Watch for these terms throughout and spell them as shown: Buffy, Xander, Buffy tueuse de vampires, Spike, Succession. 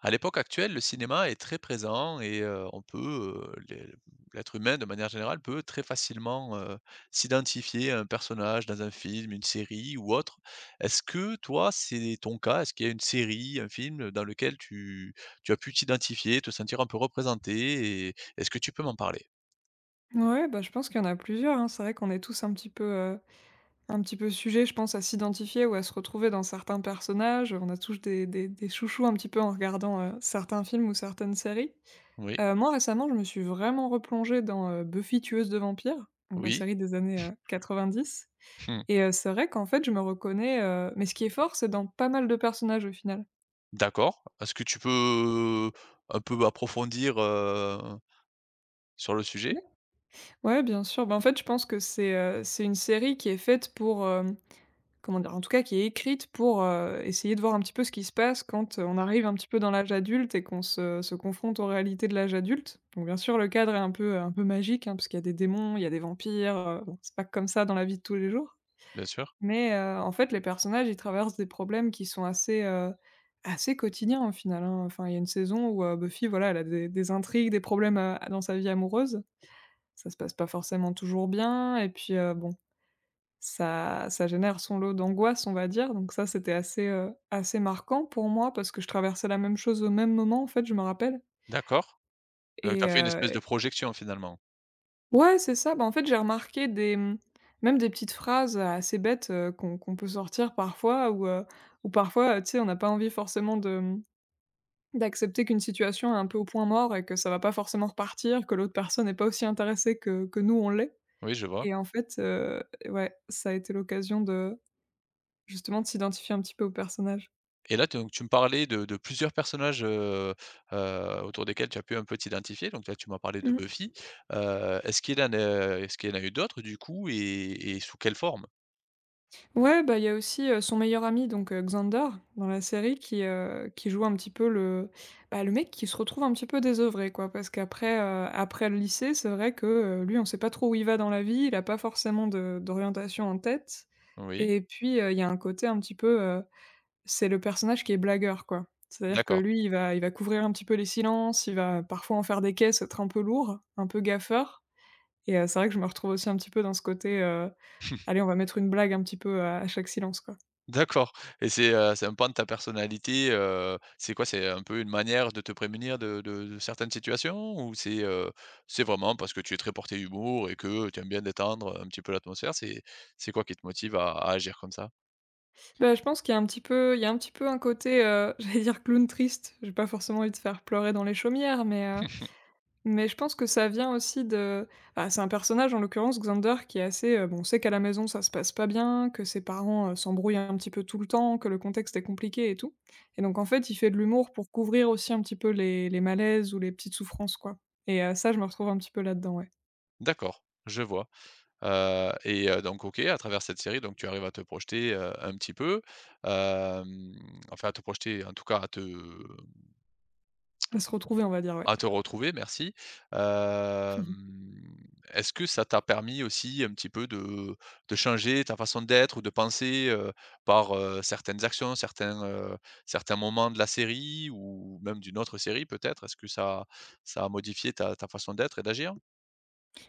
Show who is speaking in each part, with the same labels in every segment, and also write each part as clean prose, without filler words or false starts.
Speaker 1: À l'époque actuelle, le cinéma est très présent et on peut, les l'être humain, de manière générale, peut très facilement, s'identifier à un personnage dans un film, une série ou autre. Est-ce que toi, c'est ton cas? Est-ce qu'il y a une série, un film dans lequel tu as pu t'identifier, te sentir un peu représenté et est-ce que tu peux m'en parler?
Speaker 2: Ouais, bah, je pense qu'il y en a plusieurs, hein. C'est vrai qu'on est tous un petit peu sujets, je pense, à s'identifier ou à se retrouver dans certains personnages. On a tous des chouchous un petit peu en regardant, certains films ou certaines séries.
Speaker 1: Mmh. Oui,
Speaker 2: Moi, récemment, je me suis vraiment replongée dans, Buffy tueuse de vampires, donc la
Speaker 1: oui.
Speaker 2: série des années, 90, et c'est vrai qu'en fait, je me reconnais, mais ce qui est fort, c'est dans pas mal de personnages, au final.
Speaker 1: D'accord. Est-ce que tu peux un peu approfondir, sur le
Speaker 2: Mmh.
Speaker 1: sujet?
Speaker 2: Ouais, bien sûr. Bah, en fait, je pense que c'est une série qui est faite pour, comment dire? En tout cas, qui est écrite pour, essayer de voir un petit peu ce qui se passe quand, on arrive un petit peu dans l'âge adulte et qu'on se confronte aux réalités de l'âge adulte. Donc bien sûr, le cadre est un peu magique, hein, parce qu'il y a des démons, il y a des vampires, bon, c'est pas comme ça dans la vie de tous les jours.
Speaker 1: Bien sûr.
Speaker 2: Mais, en fait, les personnages, ils traversent des problèmes qui sont assez quotidiens au final, hein. Enfin, il y a une saison où, Buffy, voilà, elle a des intrigues, des problèmes, dans sa vie amoureuse. Ça se passe pas forcément toujours bien et puis, bon, ça génère son lot d'angoisse, on va dire, donc ça, c'était assez marquant pour moi parce que je traversais la même chose au même moment, en fait, je me rappelle.
Speaker 1: D'accord. Donc tu
Speaker 2: Et
Speaker 1: as fait une espèce de projection finalement?
Speaker 2: ouais, c'est ça, bah, en fait, j'ai remarqué des, même des petites phrases, assez bêtes, qu'on peut sortir parfois, ou ou parfois, tu sais, on n'a pas envie forcément de, d'accepter qu'une situation est un peu au point mort et que ça va pas forcément repartir, que l'autre personne est pas aussi intéressée que nous, on l'est.
Speaker 1: Oui, je vois.
Speaker 2: Et en fait, ouais, ça a été l'occasion de, justement, de s'identifier un petit peu au personnage.
Speaker 1: Et là donc tu me parlais de plusieurs personnages, autour desquels tu as pu un peu t'identifier. Donc là tu m'as parlé de
Speaker 2: Mmh.
Speaker 1: Buffy. Est-ce qu'il en a est-ce qu'il y en a eu d'autres du coup et sous quelle forme?
Speaker 2: Ouais, bah, il y a aussi, son meilleur ami, donc Xander, dans la série qui, qui joue un petit peu le mec qui se retrouve un petit peu désœuvré, quoi. Parce qu'après le lycée, c'est vrai que, lui on sait pas trop où il va dans la vie, il a pas forcément de d'orientation en tête.
Speaker 1: Oui,
Speaker 2: Et puis, il y a un côté un petit peu, c'est le personnage qui est blagueur, quoi. C'est-à-dire que
Speaker 1: d'accord.
Speaker 2: lui il va couvrir un petit peu les silences, il va parfois en faire des caisses, être un peu lourd, un peu gaffeur. Et c'est vrai que je me retrouve aussi un petit peu dans ce côté, allez, on va mettre une blague un petit peu à chaque silence, quoi.
Speaker 1: D'accord et c'est un pan de ta personnalité, c'est quoi? C'est un peu une manière de te prémunir de certaines situations ou c'est vraiment parce que tu es très porté humour et que tu aimes bien détendre un petit peu l'atmosphère? C'est quoi qui te motive à agir comme ça?
Speaker 2: Bah, je pense qu'il y a un petit peu un côté, j'allais dire clown triste. J'ai pas forcément envie de faire pleurer dans les chaumières, mais, je pense que ça vient aussi de, bah, c'est un personnage, en l'occurrence, Xander, qui est assez, bon, on sait qu'à la maison, ça se passe pas bien, que ses parents, s'embrouillent un petit peu tout le temps, que le contexte est compliqué et tout. Et donc, en fait, il fait de l'humour pour couvrir aussi un petit peu les malaises ou les petites souffrances, quoi. Et ça, je me retrouve un petit peu là-dedans, ouais.
Speaker 1: D'accord, je vois, donc OK, à travers cette série, donc tu arrives à te projeter, un petit peu, hem, enfin à te projeter, en tout cas à te.
Speaker 2: À se retrouver, on va dire, ouais.
Speaker 1: À te retrouver, merci. Hem, est-ce que ça t'a permis aussi un petit peu de changer ta façon d'être ou de penser, par, certaines actions, certains, certains moments de la série ou même d'une autre série peut-être? Est-ce que ça a modifié ta façon d'être et d'agir?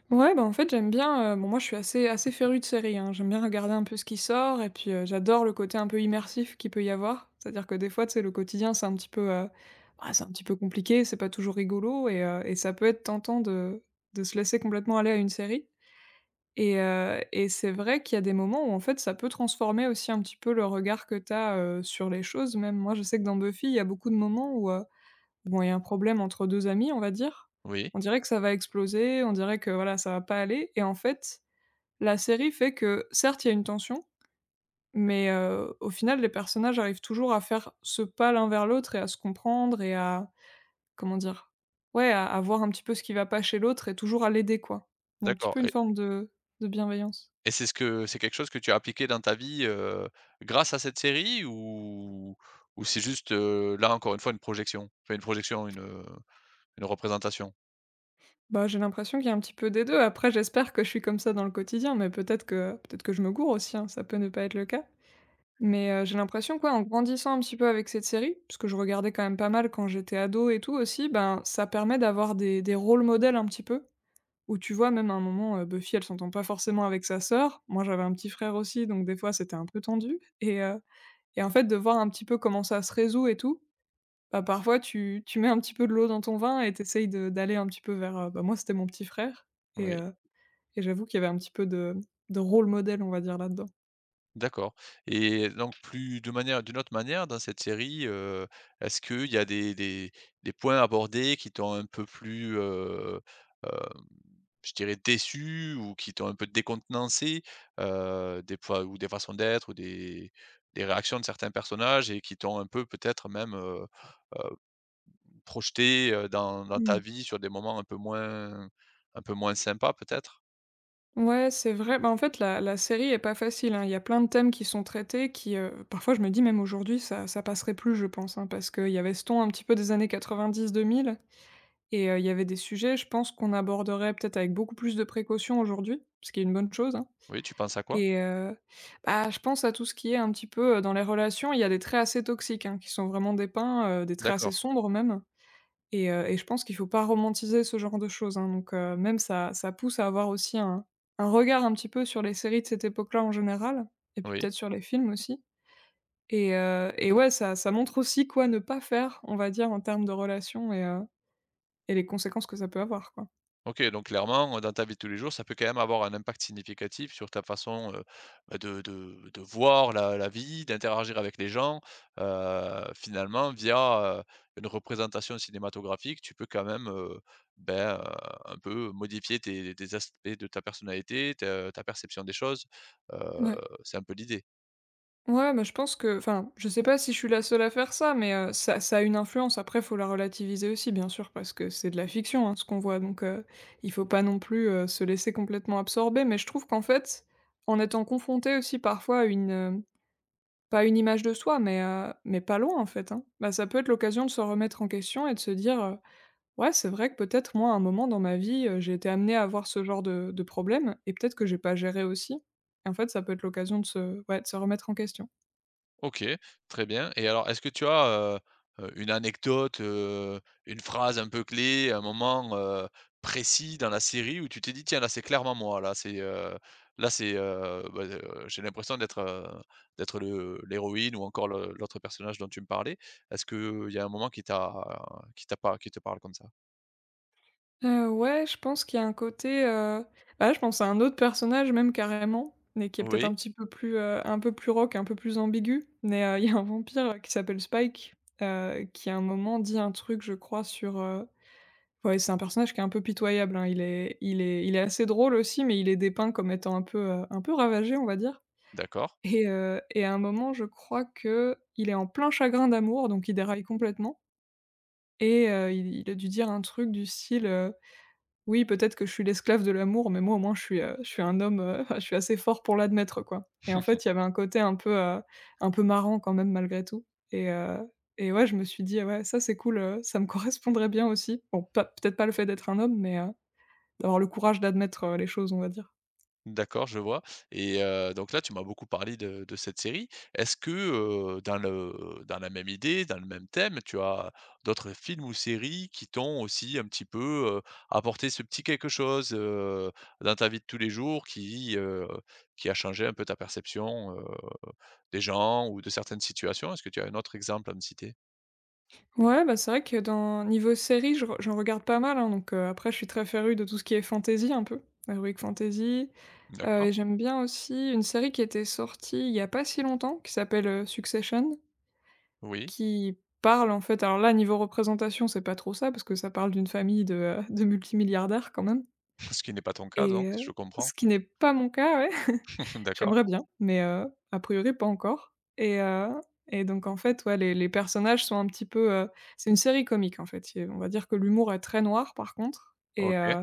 Speaker 2: Ouais, bah, en fait, j'aime bien, bon, moi, je suis assez férue de séries, hein. J'aime bien regarder un peu ce qui sort, et puis, j'adore le côté un peu immersif qu'il peut y avoir. C'est-à-dire que des fois, tu sais, le quotidien, c'est un petit peu, bah, c'est un petit peu compliqué, c'est pas toujours rigolo, et ça peut être tentant de se laisser complètement aller à une série. Et et c'est vrai qu'il y a des moments où, en fait, ça peut transformer aussi un petit peu le regard que t'as as, sur les choses, même. Moi, je sais que dans Buffy, il y a beaucoup de moments où, bon, il y a un problème entre 2 amis, on va dire.
Speaker 1: Oui,
Speaker 2: On dirait que ça va exploser, on dirait que voilà, ça va pas aller, et en fait, la série fait que, certes, il y a une tension, mais au final, les personnages arrivent toujours à faire ce pas l'un vers l'autre et à se comprendre et à comment dire? Ouais, à voir un petit peu ce qui va pas chez l'autre et toujours à l'aider, quoi. Un petit
Speaker 1: d'accord
Speaker 2: peu une
Speaker 1: et
Speaker 2: forme de bienveillance.
Speaker 1: c'est ce que c'est quelque chose que tu as appliqué dans ta vie, grâce à cette série ou c'est juste, là encore une fois une projection? Enfin une projection, une. Une représentation.
Speaker 2: Bah, j'ai l'impression qu'il y a un petit peu des 2. Après, j'espère que je suis comme ça dans le quotidien, mais peut-être que je me gourre aussi, hein, ça peut ne pas être le cas. Mais j'ai l'impression, quoi, en grandissant un petit peu avec cette série, parce que je regardais quand même pas mal quand j'étais ado et tout aussi, ben, ça permet d'avoir des rôles modèles un petit peu, où tu vois même à un moment, Buffy elle s'entend pas forcément avec sa sœur. Moi j'avais un petit frère aussi, donc des fois c'était un peu tendu. Et et en fait, de voir un petit peu comment ça se résout et tout, bah, parfois tu mets un petit peu de l'eau dans ton vin et tu de d'aller un petit peu vers, bah, moi c'était mon petit frère. Et
Speaker 1: Oui.
Speaker 2: et j'avoue qu'il y avait un petit peu de rôle modèle, on va dire, là-dedans.
Speaker 1: D'accord et donc plus de manière d'une autre manière, dans cette série, est-ce qu'il y a des points abordés qui t'ont un peu plus, hem, je dirais déçu ou qui t'ont un peu décontenancé? Des fois ou des façons d'être ou des réactions de certains personnages et qui t'ont un peu peut-être même, heu, projeté, dans ta vie sur des moments un peu moins sympas peut-être?
Speaker 2: Ouais, c'est vrai. Bah, en fait, la la série est pas facile, hein. Il y a plein de thèmes qui sont traités qui, parfois, je me dis, même aujourd'hui, ça passerait plus, je pense, hein, parce qu'il y avait ce ton un petit peu des années 90, 2000. Et il y avait des sujets, je pense, qu'on aborderait peut-être avec beaucoup plus de précaution aujourd'hui, ce qui est une bonne chose, hein.
Speaker 1: Oui, tu penses à quoi?
Speaker 2: Et bah, je pense à tout ce qui est un petit peu, dans les relations, il y a des traits assez toxiques, hein, qui sont vraiment dépeints, des traits assez
Speaker 1: D'accord,
Speaker 2: sombres même. Et je pense qu'il faut pas romantiser ce genre de choses, hein, donc même ça pousse à avoir aussi un regard un petit peu sur les séries de cette époque-là en général, et puis
Speaker 1: oui.
Speaker 2: peut-être sur les films aussi. Et et ouais, ça montre aussi quoi ne pas faire, on va dire, en termes de relations, et les conséquences que ça peut avoir, quoi.
Speaker 1: OK, donc clairement, dans ta vie de tous les jours, ça peut quand même avoir un impact significatif sur ta façon, de voir la vie, d'interagir avec les gens. Finalement, via, une représentation cinématographique, tu peux quand même, ben, heu, un peu modifier tes des aspects de ta personnalité, te ta perception des choses. Heu,
Speaker 2: Ouais.
Speaker 1: c'est un peu l'idée.
Speaker 2: Ouais, mais je pense que, enfin, je sais pas si je suis la seule à faire ça, mais ça a une influence. Après, faut la relativiser aussi, bien sûr, parce que c'est de la fiction, hein, ce qu'on voit, donc il faut pas non plus, se laisser complètement absorber. Mais je trouve qu'en fait, en étant confronté aussi parfois à une, pas une image de soi, mais mais pas loin, en fait, hein, bah, ça peut être l'occasion de se remettre en question et de se dire, «Ouais, c'est vrai que peut-être moi, à un moment dans ma vie, j'ai été amenée à avoir ce genre de problème et peut-être que j'ai pas géré aussi». Et en fait, ça peut être l'occasion de se, ouais, de se remettre en question.
Speaker 1: OK, très bien et alors est-ce que tu as, une anecdote, une phrase un peu clé, un moment, précis dans la série où tu t'es dit: «Tiens, là, c'est clairement moi, là, c'est, j'ai l'impression d'être, d'être le l'héroïne» ou encore le l'autre personnage dont tu me parlais. Est-ce qu'il y a un moment qui t'a pas qui te parle comme ça?
Speaker 2: Ouais, je pense qu'il y a un côté, bah, je pense à un autre personnage même carrément, mais qui est peut-être un
Speaker 1: Oui,
Speaker 2: petit peu plus, un peu plus rock, un peu plus ambigu, mais, il y a un vampire, qui s'appelle Spike, qui à un moment dit un truc, je crois, sur, ouais, c'est un personnage qui est un peu pitoyable, hein. Il est assez drôle aussi, mais il est dépeint comme étant un peu ravagé, on va dire.
Speaker 1: d'accord.
Speaker 2: Et et à un moment je crois qu'il est en plein chagrin d'amour, donc il déraille complètement. Et il a dû dire un truc du style, oui, peut-être que je suis l'esclave de l'amour, mais moi, au moins, je suis un homme, je suis assez fort pour l'admettre, quoi. Et en fait, il y avait un côté un peu marrant quand même malgré tout. Et heu et ouais, je me suis dit: ah, «Ouais, ça, c'est cool, ça me correspondrait bien aussi». Bon, pas peut-être pas le fait d'être un homme, mais d'avoir le courage d'admettre, les choses, on va dire.
Speaker 1: D'accord, je vois et donc là, tu m'as beaucoup parlé de cette série. Est-ce que, dans le dans la même idée, dans le même thème, tu as d'autres films ou séries qui t'ont aussi un petit peu, apporté ce petit quelque chose, dans ta vie de tous les jours qui a changé un peu ta perception, des gens ou de certaines situations? Est-ce que tu as un autre exemple à me citer?
Speaker 2: Ouais, bah, c'est vrai que dans niveau série, je re j'en regarde pas mal, hein, donc après je suis très férue de tout ce qui est fantasy un peu, heroic fantasy.
Speaker 1: D'accord,
Speaker 2: Et j'aime bien aussi une série qui était sortie il y a pas si longtemps, qui s'appelle, Succession,
Speaker 1: oui,
Speaker 2: qui parle en fait, alors là niveau représentation c'est pas trop ça, parce que ça parle d'une famille de, de multimilliardaires quand même.
Speaker 1: ce qui n'est pas ton cas
Speaker 2: Et
Speaker 1: donc, je
Speaker 2: ce
Speaker 1: comprends.
Speaker 2: qui n'est pas mon cas, ouais.
Speaker 1: D'accord,
Speaker 2: J'aimerais bien, mais a priori pas encore. Et et donc en fait, ouais, les personnages sont un petit peu, c'est une série comique en fait. Il On va dire que l'humour est très noir par contre. Et
Speaker 1: OK,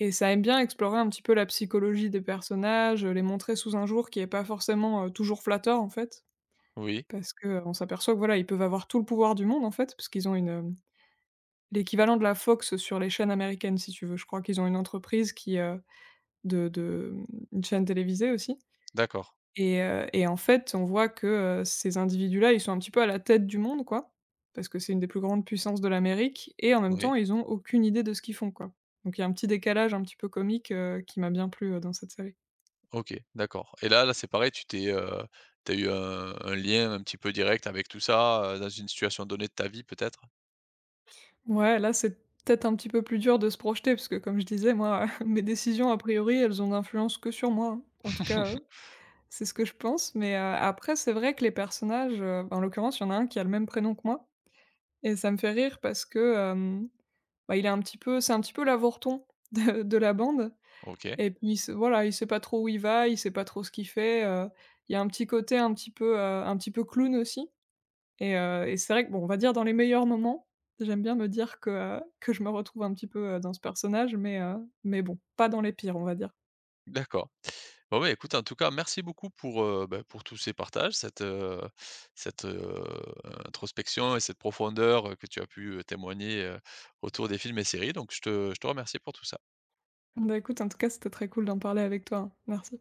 Speaker 2: et ça aime bien explorer un petit peu la psychologie des personnages, les montrer sous un jour qui est pas forcément, toujours flatteur en fait.
Speaker 1: oui,
Speaker 2: Parce que on s'aperçoit que voilà, ils peuvent avoir tout le pouvoir du monde en fait, parce qu'ils ont une, l'équivalent de la Fox sur les chaînes américaines si tu veux. Je crois qu'ils ont une entreprise qui, de, mmh une chaîne télévisée aussi.
Speaker 1: d'accord,
Speaker 2: Et en fait, on voit que, ces individus-là, ils sont un petit peu à la tête du monde, quoi, parce que c'est une des plus grandes puissances de l'Amérique, et en même
Speaker 1: oui.
Speaker 2: temps, ils ont aucune idée de ce qu'ils font, quoi. Donc il y a un petit décalage un petit peu comique, qui m'a bien plu, dans cette série.
Speaker 1: OK, d'accord et c'est pareil, tu t'es, tu eu un lien un petit peu direct avec tout ça, dans une situation donnée de ta vie peut-être?
Speaker 2: Ouais, là, c'est peut-être un petit peu plus dur de se projeter, parce que comme je disais, moi, mes décisions, a priori, elles ont d'influence que sur moi, hein. En tout cas, c'est ce que je pense, mais après, c'est vrai que les personnages, en l'occurrence, il y en a un qui a le même prénom que moi, et ça me fait rire parce que, euh, bah, il est un petit peu, c'est un petit peu l'avorton de la bande.
Speaker 1: OK,
Speaker 2: Et puis il se, voilà, il sait pas trop où il va, il sait pas trop ce qu'il fait, il y a un petit côté un petit peu clown aussi. Et et c'est vrai que, bon, on va dire, dans les meilleurs moments, j'aime bien me dire que je me retrouve un petit peu, dans ce personnage, mais bon, pas dans les pires, on va dire.
Speaker 1: d'accord. Bon, bah, écoute, en tout cas, merci beaucoup pour, pour tous ces partages, cette, cette, heu, introspection et cette profondeur, que tu as pu, témoigner, autour des films et séries donc je te remercie pour tout ça.
Speaker 2: Bah, écoute, en tout cas, c'était très cool d'en parler avec toi, hein. Merci.